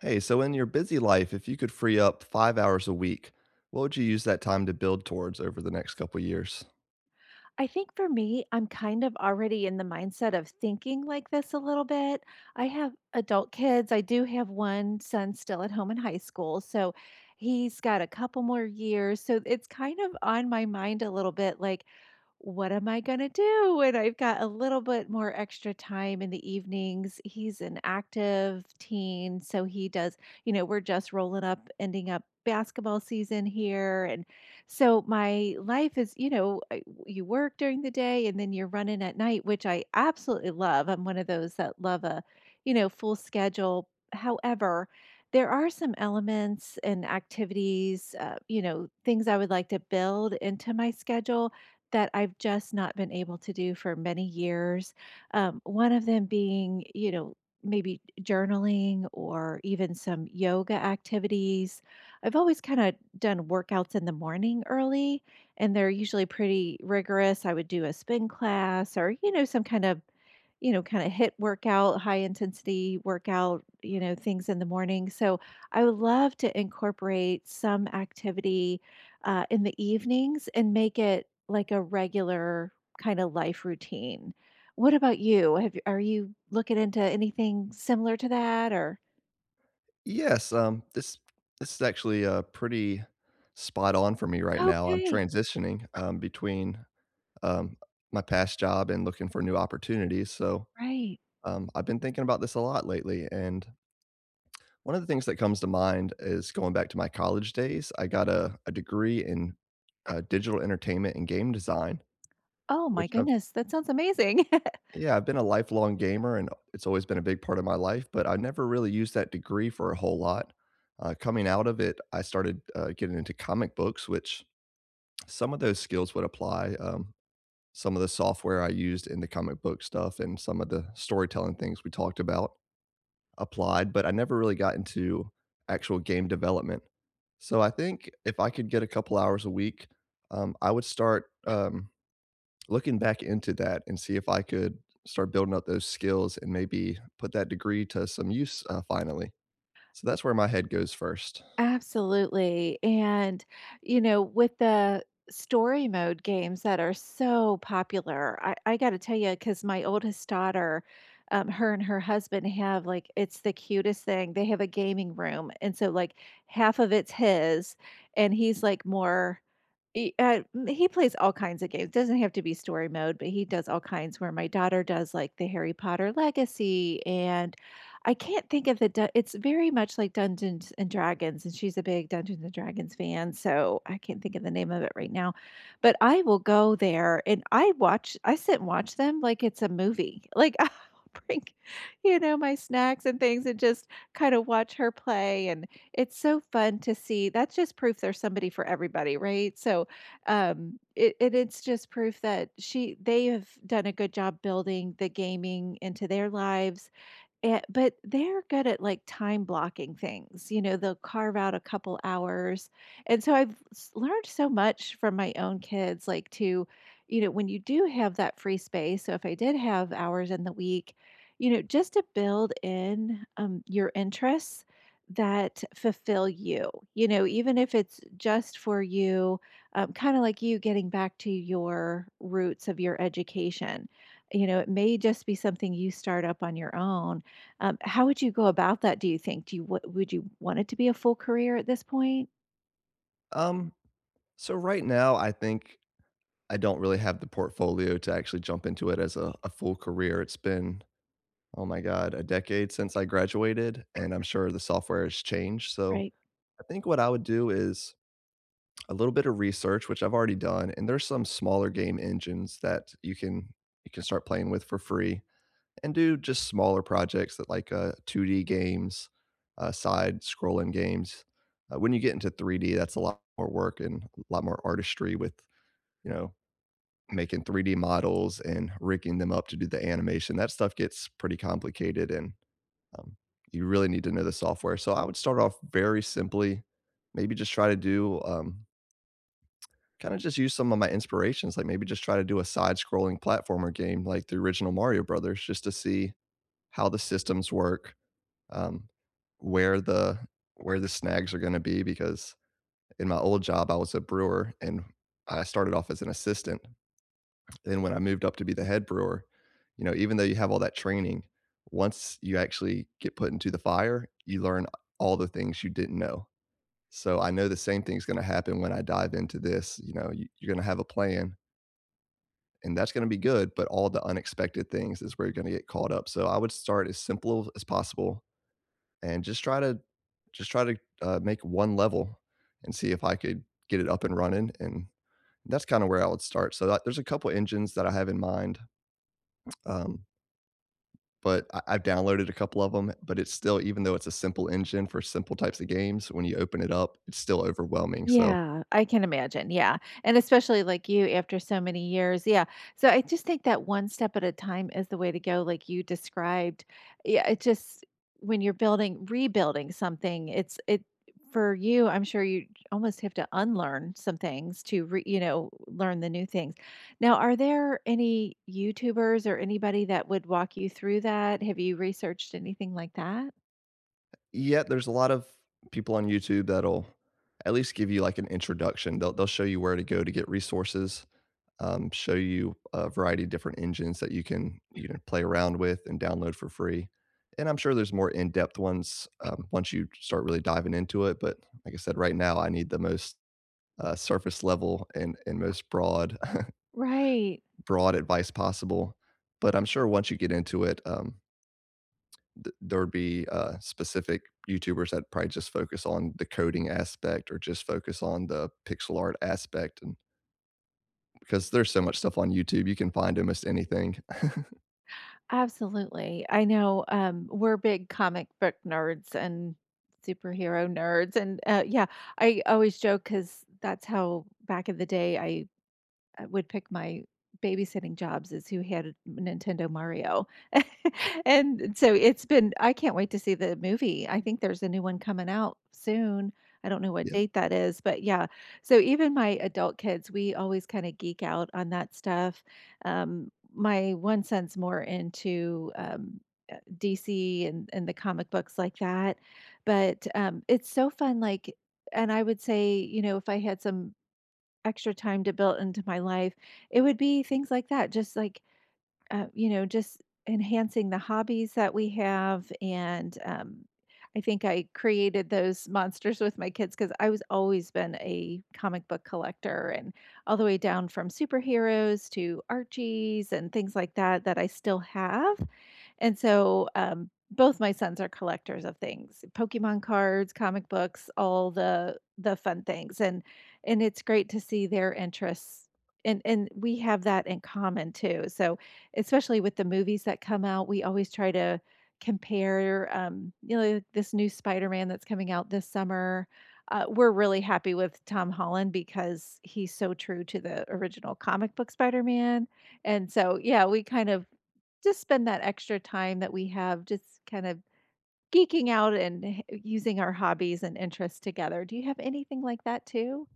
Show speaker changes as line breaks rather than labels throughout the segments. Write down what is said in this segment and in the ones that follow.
Hey, so in your busy life, if you could free up 5 hours a week, what would you use that time to build towards over the next couple years?
I think for me, I'm kind of already in the mindset of thinking like this a little bit. I have adult kids. I do have one son still at home in high school. So he's got a couple more years. So it's kind of on my mind a little bit like, what am I going to do when I've got a little bit more extra time in the evenings? He's an active teen. So he does, you know, we're just rolling up, ending up basketball season here. And so my life is, you know, you work during the day and then you're running at night, which I absolutely love. I'm one of those that love a, you know, full schedule. However, there are some elements and activities, you know, things I would like to build into my schedule that I've just not been able to do for many years. One of them being, you know, maybe journaling or even some yoga activities I've always kinda done workouts in the morning early, and they're usually pretty rigorous. I would do a spin class or, you know, some kind of, you know, kinda hit workout, high intensity workout, you know, things in the morning. So, I would love to incorporate some activity, in the evenings and make it like a regular kinda life routine. What about you? Have Are you looking into anything similar to that or
Yes, um, this this is actually pretty spot on for me right now. I'm
okay,
transitioning between um, my past job and looking for new opportunities.
right.
I've been thinking about this a lot lately. And one of the things that comes to mind is going back to my college days. I got a degree in digital entertainment and game design,
Oh my
which I've
goodness, that sounds amazing.
Yeah, I've been a lifelong gamer, and it's always been a big part of my life, but I never really used that degree for a whole lot. Coming out of it, I started getting into comic books, which some of those skills would apply. Some of the software I used in the comic book stuff and some of the storytelling things we talked about applied, but I never really got into actual game development. So I think if I could get a couple hours a week, I would start, looking back into that and see if I could start building up those skills and maybe put that degree to some use finally. So that's where my head goes first.
Absolutely. And, you know, with the story mode games that are so popular, I got to tell you, because my oldest daughter, her and her husband have like, it's the cutest thing. They have a gaming room. And so, like, half of it's his, and he's like he plays all kinds of games. Doesn't have to be story mode, but he does all kinds where my daughter does like the Harry Potter Legacy, and I can't think of the du it's very much like Dungeons & and Dragons, and she's a big Dungeons & and Dragons fan, so I can't think of the name of it right now, but I will go there and I sit and watch them like it's a movie. Like, I'll bring, you know, my snacks and things and just kinda watch her play, and it's so fun to see. That's just proof there's somebody for everybody, right? So, it and it's just proof that she they have done a good job building the gaming into their lives. Eh, but they're good at, like, time blocking things, you know, they'll carve out a couple hours, and so I've s learned so much from my own kids, like, to you know, when you do have that free space, so if I did have hours in the week, you know, just to build in, your interests that fulfill you, you know, even if it's just for you, kinda like you getting back to your roots of your education, you know, it may just be something you start up on your own. How would you go about that, do you think? Do you What would you want it to be a full career at this point?
Um, so right now, I think I don't really have the portfolio to actually jump into it as a full career. It's been, oh my God, a decade since I graduated, and I'm sure the software has changed. So
Right.
I think what I would do is a little bit of research, which I've already done, and there's some smaller game engines that you can start playing with for free and do just smaller projects that like 2D games, side scrolling games. When you get into 3D, that's a lot more work and a lot more artistry with, you know, making 3D models and rigging them up to do the animation. That stuff gets pretty complicated and um, you really need to know the software. So I would start off very simply, maybe just try to do kind of just use some of my inspirations, like maybe just try to do a side scrolling platformer game like the original Mario Brothers just to see how the systems work um, where the where the snags are going to be because in my old job I was a brewer and I started off as an assistant. Then when I moved up to be the head brewer, you know, even though you have all that training, once you actually get put into the fire, you learn all the things you didn't know. So I know the same thing's going to happen when I dive into this. You know, you're going to have a plan and that's going to be good, but all the unexpected things is where you're going to get caught up. So I would start as simple as possible and just try to make one level and see if I could get it up and running. And that's kind of where I would start. So that, there's a couple engines that I have in mind, um, but I've downloaded a couple of them. But it's still, even though it's a simple engine for simple types of games, when you open it up, it's still overwhelming. So
Yeah, I can imagine, yeah, and especially like you after so many years, yeah, so I just think that one step at a time is the way to go, like you described. Yeah, it just when you're building rebuilding something, it's it for you, I'm sure you almost have to unlearn some things to re you know, learn the new things. Now, are there any YouTubers or anybody that would walk you through that? Have you researched anything like that?
yeah, there's a lot of people on YouTube that'll at least give you like an introduction. They'll show you where to go to get resources. Um, show you a variety of different engines that you know play around with and download for free. And I'm sure there's more in-depth ones once you start really diving into it. But like I said, right now I need the most surface level and most broad
Right.
broad advice possible. But I'm sure once you get into it, there would be specific YouTubers that probably just focus on the coding aspect or just focus on the pixel art aspect, and because there's so much stuff on YouTube, you can find almost anything.
Absolutely. I know, we're big comic book nerds and superhero nerds, and, yeah, I always joke because that's how back in the day I would pick my babysitting jobs is who had Nintendo Mario. And so it's been I can't wait to see the movie. I think there's a new one coming out soon. I don't know what
Yeah.
date that is, but yeah. So even my adult kids, we always kind of geek out on that stuff. My one son's more into DC and the comic books like that. But it's so fun. Like, and I would say, you know, if I had some extra time to build into my life. It would be things like that, just like, you know, just enhancing the hobbies that we have. And I think I created those monsters with my kids because I was always been a comic book collector and all the way down from superheroes to Archies and things like that that I still have. And so, both my sons are collectors of things, Pokemon cards, comic books, all the fun things. And it's great to see their interests. And we have that in common too. So especially with the movies that come out, we always try to compare you know, like this new Spider-Man that's coming out this summer. We're really happy with Tom Holland because he's so true to the original comic book Spider-Man. And so, yeah, we kind of just spend that extra time that we have just kind of geeking out and h using our hobbies and interests together. Do you have anything like that too?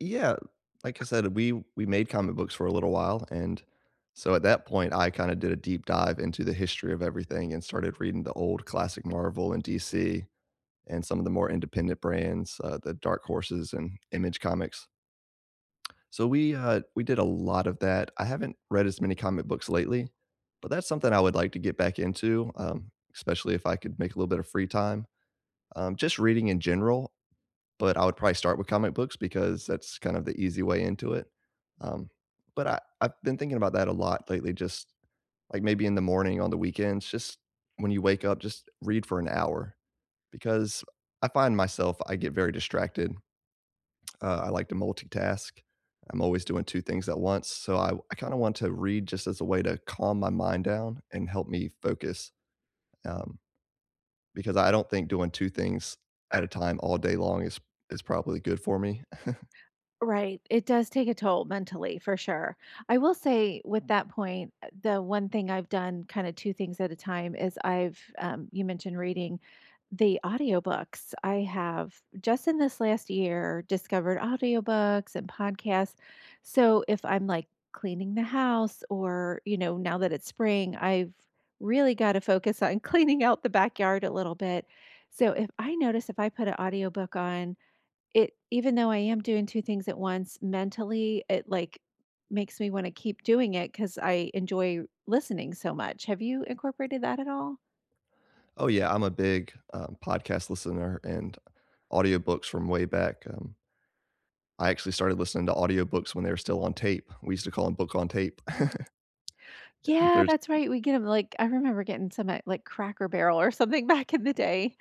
Yeah, like I said, we made comic books for a little while, and so at that point, I kinda did a deep dive into the history of everything and started reading the old classic Marvel and DC and some of the more independent brands, the Dark Horses and Image Comics. So we did a lot of that. I haven't read as many comic books lately, but that's something I would like to get back into, especially if I could make a little bit of free time. Just reading in general, but I would probably start with comic books because that's kind of the easy way into it. Um, but I've been thinking about that a lot lately, just like maybe in the morning on the weekends, just when you wake up, just read for an hour because I find myself, I get very distracted. I like to multitask. I'm always doing two things at once. So I kind of want to read just as a way to calm my mind down and help me focus um, because I don't think doing two things at a time all day long is probably good for me.
Right. It does take a toll mentally for sure. I will say with that point, the one thing I've done kind of two things at a time is I've you mentioned reading the audiobooks. I have just in this last year discovered audiobooks and podcasts. So if I'm like cleaning the house or, you know, now that it's spring, I've really got to focus on cleaning out the backyard a little bit. So if I notice if I put an audiobook on it even though I am doing 2 things at once, mentally, it, like, makes me wanna keep doing it because I enjoy listening so much. Have you incorporated that at all?
Oh yeah, I'm a big podcast listener and audiobooks from way back. I actually started listening to audiobooks when they were still on tape. We used to call them book on tape. And
Yeah,
there's
that's right, we get them like I remember getting some at, like, Cracker Barrel or something back in the day.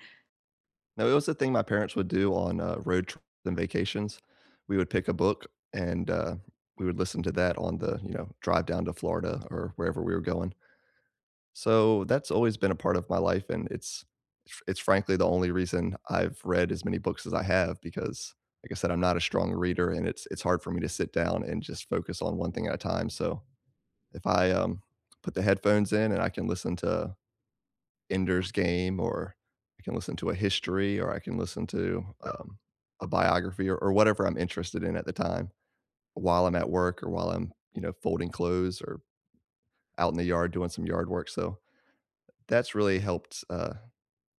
No, it was the thing my parents would do on road trips and vacations. We would pick a book and we would listen to that on the, you know, drive down to Florida or wherever we were going. So that's always been a part of my life, and it's frankly the only reason I've read as many books as I have because, like I said, I'm not a strong reader, and it's hard for me to sit down and just focus on one thing at a time. So if I put the headphones in and I can listen to Ender's Game, or I can listen to a history, or I can listen to a biography, or whatever I'm interested in at the time, while I'm at work or while I'm, you know, folding clothes or out in the yard doing some yard work. So that's really helped.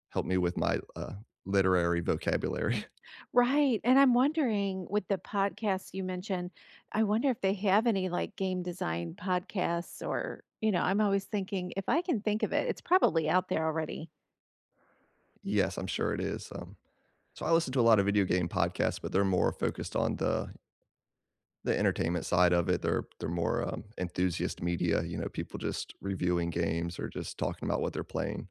Helped me with my literary vocabulary.
Right, and I'm wondering with the podcasts you mentioned, I wonder if they have any, like, game design podcasts or you know, I'm always thinking, if I can think of it, it's probably out there already.
Yes, I'm sure it is, so I listen to a lot of video game podcasts, but they're more focused on the entertainment side of it. They're more, enthusiast media, you know, people just reviewing games or just talking about what they're playing.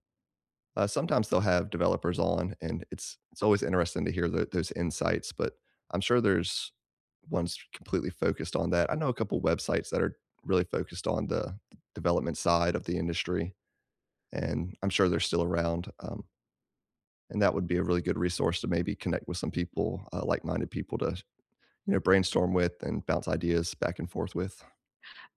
Sometimes they'll have developers on, and it's always interesting to hear those insights, but I'm sure there's ones completely focused on that. I know a couple websites that are really focused on the development side of the industry, and I'm sure they're still around. And that would be a really good resource to maybe connect with some people, like-minded people to, you know, brainstorm with and bounce ideas back and forth with.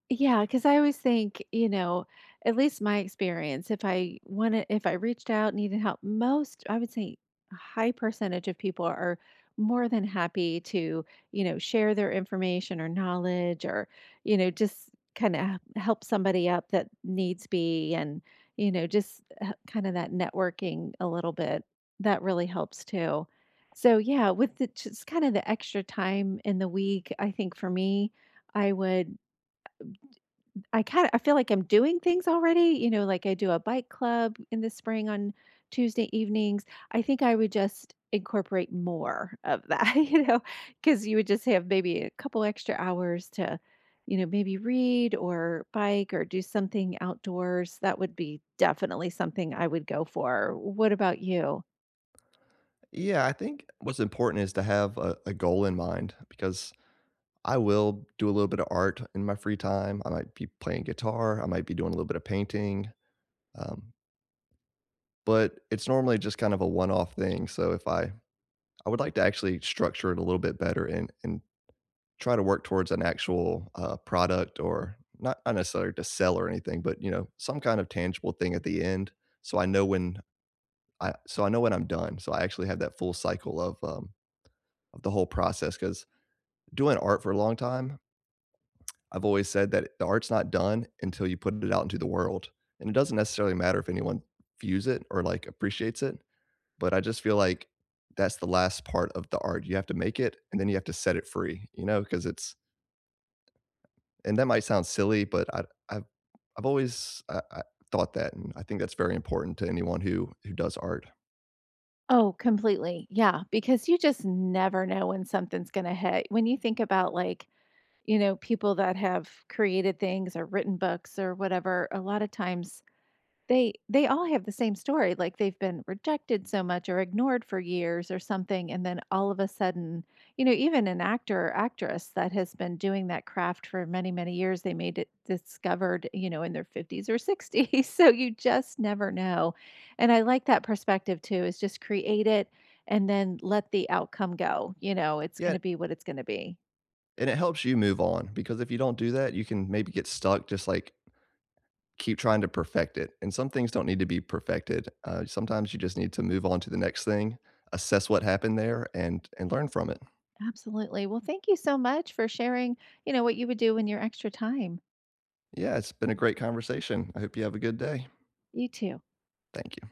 Yeah, because I always think, you know, at least my experience, if I wanted, if I reached out, needed help, most I would say a high percentage of people are more than happy to, you know, share their information or knowledge or, you know, just kinda help somebody up that needs be and, you know, just kinda that networking a little bit. That really helps too. So, yeah, with the just kinda the extra time in the week, I think for me, I would I kinda I feel like I'm doing things already, you know, like I do a bike club in the spring on Tuesday evenings. I think I would just incorporate more of that, you know, because you would just have maybe a couple extra hours to, you know, maybe read or bike or do something outdoors. That would be definitely something I would go for. What about you?
Yeah, I think what's important is to have a goal in mind because I will do a little bit of art in my free time. I might be playing guitar. I might be doing a little bit of painting. Um, but it's normally just kind of a one-off thing. So if I I would like to actually structure it a little bit better and try to work towards an actual product, or not, not necessarily to sell or anything, but you know, some kind of tangible thing at the end. So I know when I so I know when I'm done. So I actually have that full cycle of the whole process because doing art for a long time, I've always said that the art's not done until you put it out into the world, and it doesn't necessarily matter if anyone views it or like appreciates it. But I just feel like that's the last part of the art. You have to make it, and then you have to set it free. You know, because it's and that might sound silly, but I, I've I've always I thought that, and I think that's very important to anyone who does art.
Oh, completely. Yeah, because you just never know when something's gonna hit. When you think about like you know, people that have created things or written books or whatever, a lot of times they all have the same story. Like they've been rejected so much or ignored for years or something, and then all of a sudden, you know, even an actor or actress that has been doing that craft for many, many years, they made it discovered, you know, in their 50s or 60s. So you just never know. And I like that perspective too, is just create it and then let the outcome go. You know, it's
Yeah,
gonna be what it's gonna be.
and it helps you move on because if you don't do that, you can maybe get stuck. Just like keep trying to perfect it, and some things don't need to be perfected. Sometimes you just need to move on to the next thing, assess what happened there, and learn from it.
Absolutely. Well, thank you so much for sharing, you know, what you would do in your extra time.
Yeah, it's been a great conversation. I hope you have a good day.
You too.
Thank you.